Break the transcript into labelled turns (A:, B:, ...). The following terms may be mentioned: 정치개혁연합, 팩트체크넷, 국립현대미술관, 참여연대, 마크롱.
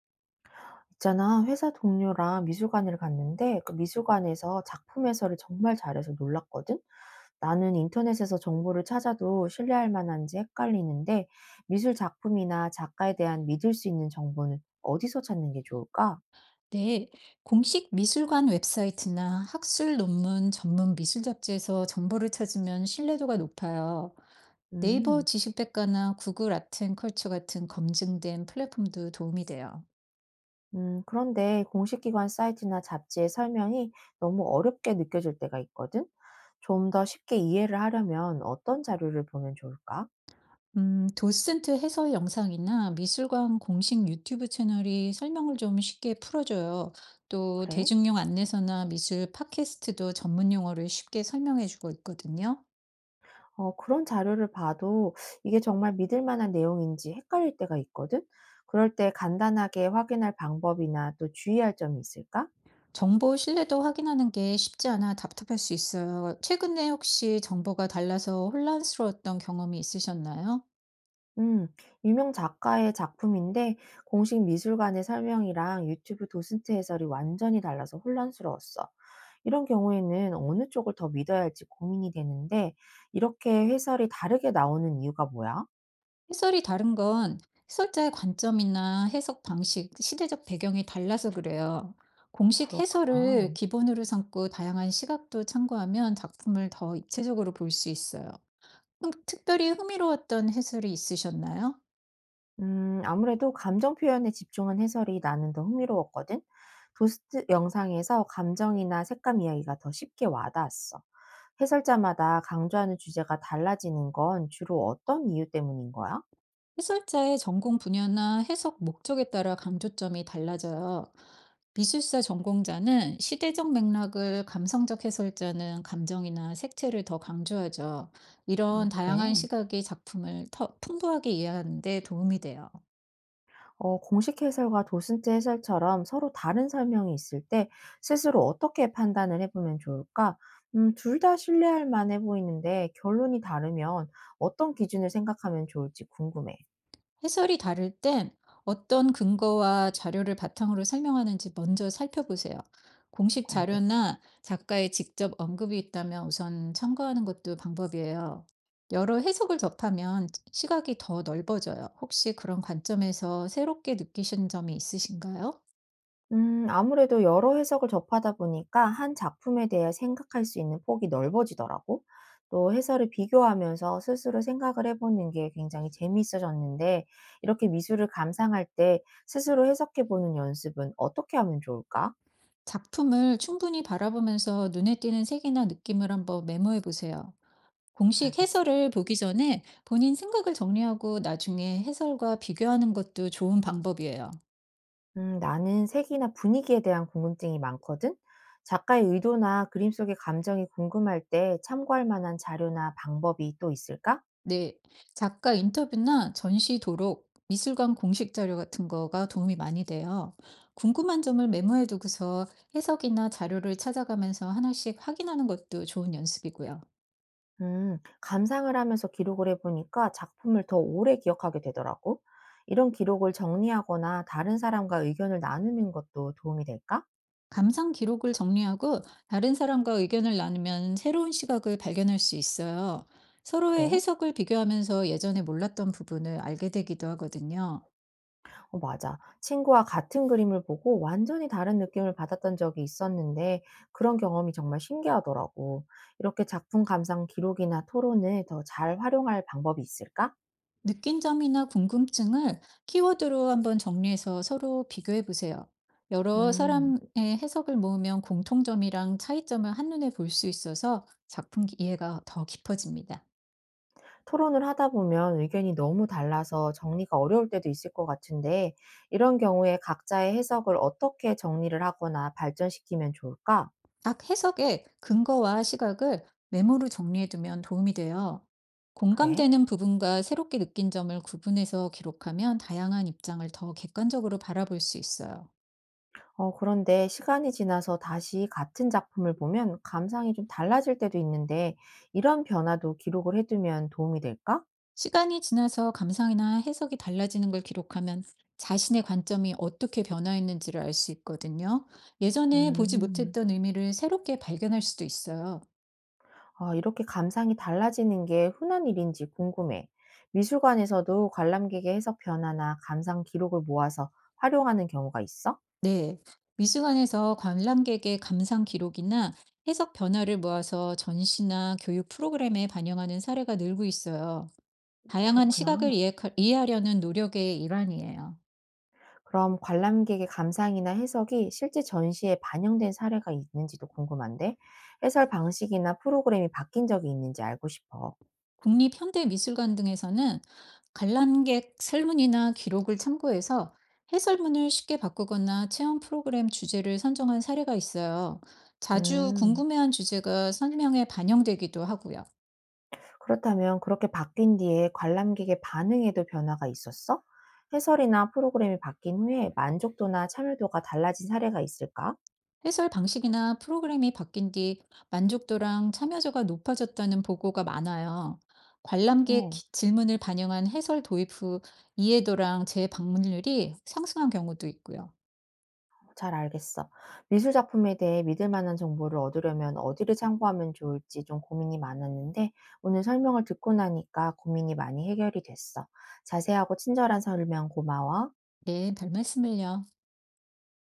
A: 있잖아, 회사 동료랑 미술관을 갔는데 그 미술관에서 작품 해설을 정말 잘해서 놀랐거든? 나는 인터넷에서 정보를 찾아도 신뢰할 만한지 헷갈리는데 미술 작품이나 작가에 대한 믿을 수 있는 정보는 어디서 찾는 게 좋을까?
B: 네, 공식 미술관 웹사이트나 학술 논문 전문 미술 잡지에서 정보를 찾으면 신뢰도가 높아요. 네이버
A: 음,
B: 지식백과나 구글 아트앤컬처 같은 검증된 플랫폼도 도움이 돼요.
A: 그런데 공식 기관 사이트나 잡지의 설명이 너무 어렵게 느껴질 때가 있거든? 좀 더 쉽게 이해를 하려면 어떤 자료를 보면 좋을까?
B: 도슨트 해설 영상이나 미술관 공식 유튜브 채널이 설명을 좀 쉽게 풀어줘요. 또
A: 그래?
B: 대중용 안내서나 미술 팟캐스트도 전문 용어를 쉽게 설명해주고 있거든요.
A: 어, 그런 자료를 봐도 이게 정말 믿을 만한 내용인지 헷갈릴 때가 있거든? 그럴 때 간단하게 확인할 방법이나 또 주의할 점이 있을까?
B: 정보 신뢰도 확인하는 게 쉽지 않아 답답할 수 있어요. 최근에 혹시 정보가 달라서 혼란스러웠던 경험이 있으셨나요?
A: 음, 유명 작가의 작품인데 공식 미술관의 설명이랑 유튜브 도슨트 해설이 완전히 달라서 혼란스러웠어. 이런 경우에는 어느 쪽을 더 믿어야 할지 고민이 되는데 이렇게 해설이 다르게 나오는 이유가 뭐야?
B: 해설이 다른 건 해설자의 관점이나 해석 방식, 시대적 배경이 달라서 그래요. 공식
A: 그렇구나.
B: 해설을 기본으로 삼고 다양한 시각도 참고하면 작품을 더 입체적으로 볼 수 있어요. 특별히 흥미로웠던 해설이 있으셨나요?
A: 아무래도 감정 표현에 집중한 해설이 나는 더 흥미로웠거든. 도스트 영상에서 감정이나 색감 이야기가 더 쉽게 와닿았어. 해설자마다 강조하는 주제가 달라지는 건 주로 어떤 이유 때문인 거야?
B: 해설자의 전공 분야나 해석 목적에 따라 강조점이 달라져요. 미술사 전공자는 시대적 맥락을, 감성적 해설자는 감정이나 색채를 더 강조하죠. 이런
A: 그래.
B: 다양한 시각이 작품을 더 풍부하게 이해하는 데 도움이 돼요.
A: 어, 공식 해설과 도슨트 해설처럼 서로 다른 설명이 있을 때 스스로 어떻게 판단을 해보면 좋을까? 둘 다 신뢰할 만해 보이는데 결론이 다르면 어떤 기준을 생각하면 좋을지 궁금해.
B: 해설이 다를 땐 어떤 근거와 자료를 바탕으로 설명하는지 먼저 살펴보세요. 공식
A: 알겠어.
B: 자료나 작가의 직접 언급이 있다면 우선 참고하는 것도 방법이에요. 여러 해석을 접하면 시각이 더 넓어져요. 혹시 그런 관점에서 새롭게 느끼신 점이 있으신가요?
A: 아무래도 여러 해석을 접하다 보니까 한 작품에 대해 생각할 수 있는 폭이 넓어지더라고. 또 해설을 비교하면서 스스로 생각을 해보는 게 굉장히 재미있어졌는데, 이렇게 미술을 감상할 때 스스로 해석해보는 연습은 어떻게 하면 좋을까?
B: 작품을 충분히 바라보면서 눈에 띄는 색이나 느낌을 한번 메모해 보세요. 공식
A: 알겠어.
B: 해설을 보기 전에 본인 생각을 정리하고 나중에 해설과 비교하는 것도 좋은 방법이에요.
A: 나는 색이나 분위기에 대한 궁금증이 많거든? 작가의 의도나 그림 속의 감정이 궁금할 때 참고할 만한 자료나 방법이 또 있을까?
B: 네. 작가 인터뷰나 전시 도록, 미술관 공식 자료 같은 거가 도움이 많이 돼요. 궁금한 점을 메모해 두고서 해석이나 자료를 찾아가면서 하나씩 확인하는 것도 좋은 연습이고요.
A: 감상을 하면서 기록을 해보니까 작품을 더 오래 기억하게 되더라고. 이런 기록을 정리하거나 다른 사람과 의견을 나누는 것도 도움이 될까?
B: 감상 기록을 정리하고 다른 사람과 의견을 나누면 새로운 시각을 발견할 수 있어요. 서로의
A: 그래?
B: 해석을 비교하면서 예전에 몰랐던 부분을 알게 되기도 하거든요.
A: 어, 맞아. 친구와 같은 그림을 보고 완전히 다른 느낌을 받았던 적이 있었는데 그런 경험이 정말 신기하더라고. 이렇게 작품 감상 기록이나 토론을 더 잘 활용할 방법이 있을까?
B: 느낀 점이나 궁금증을 키워드로 한번 정리해서 서로 비교해 보세요. 여러
A: 음.
B: 사람의 해석을 모으면 공통점이랑 차이점을 한눈에 볼 수 있어서 작품 이해가 더 깊어집니다.
A: 토론을 하다 보면 의견이 너무 달라서 정리가 어려울 때도 있을 것 같은데, 이런 경우에 각자의 해석을 어떻게 정리를 하거나 발전시키면 좋을까?
B: 각 해석의 근거와 시각을 메모로 정리해두면 도움이 돼요.
A: 그래?
B: 공감되는 부분과 새롭게 느낀 점을 구분해서 기록하면 다양한 입장을 더 객관적으로 바라볼 수 있어요.
A: 어, 그런데 시간이 지나서 다시 같은 작품을 보면 감상이 좀 달라질 때도 있는데, 이런 변화도 기록을 해두면 도움이 될까?
B: 시간이 지나서 감상이나 해석이 달라지는 걸 기록하면 자신의 관점이 어떻게 변화했는지를 알 수 있거든요. 예전에 보지
A: 음,
B: 못했던 의미를 새롭게 발견할 수도 있어요.
A: 아, 이렇게 감상이 달라지는 게 흔한 일인지 궁금해. 미술관에서도 관람객의 해석 변화나 감상 기록을 모아서 활용하는 경우가 있어?
B: 네. 미술관에서 관람객의 감상 기록이나 해석 변화를 모아서 전시나 교육 프로그램에 반영하는 사례가 늘고 있어요. 다양한
A: 그렇구나.
B: 시각을 이해하려는 노력의 일환이에요.
A: 그럼 관람객의 감상이나 해석이 실제 전시에 반영된 사례가 있는지도 궁금한데, 해설 방식이나 프로그램이 바뀐 적이 있는지 알고 싶어.
B: 국립현대미술관 등에서는 관람객 설문이나 기록을 참고해서 해설문을 쉽게 바꾸거나 체험 프로그램 주제를 선정한 사례가 있어요. 자주
A: 음,
B: 궁금해한 주제가 설명에 반영되기도 하고요.
A: 그렇다면 그렇게 바뀐 뒤에 관람객의 반응에도 변화가 있었어? 해설이나 프로그램이 바뀐 후에 만족도나 참여도가 달라진 사례가 있을까?
B: 해설 방식이나 프로그램이 바뀐 뒤 만족도랑 참여도가 높아졌다는 보고가 많아요. 관람객
A: 어.
B: 질문을 반영한 해설 도입 후 이해도랑 재방문율이 상승한 경우도 있고요.
A: 잘 알겠어. 미술 작품에 대해 믿을 만한 정보를 얻으려면 어디를 참고하면 좋을지 좀 고민이 많았는데 오늘 설명을 듣고 나니까 고민이 많이 해결이 됐어. 자세하고 친절한 설명 고마워.
B: 네, 별 말씀을요.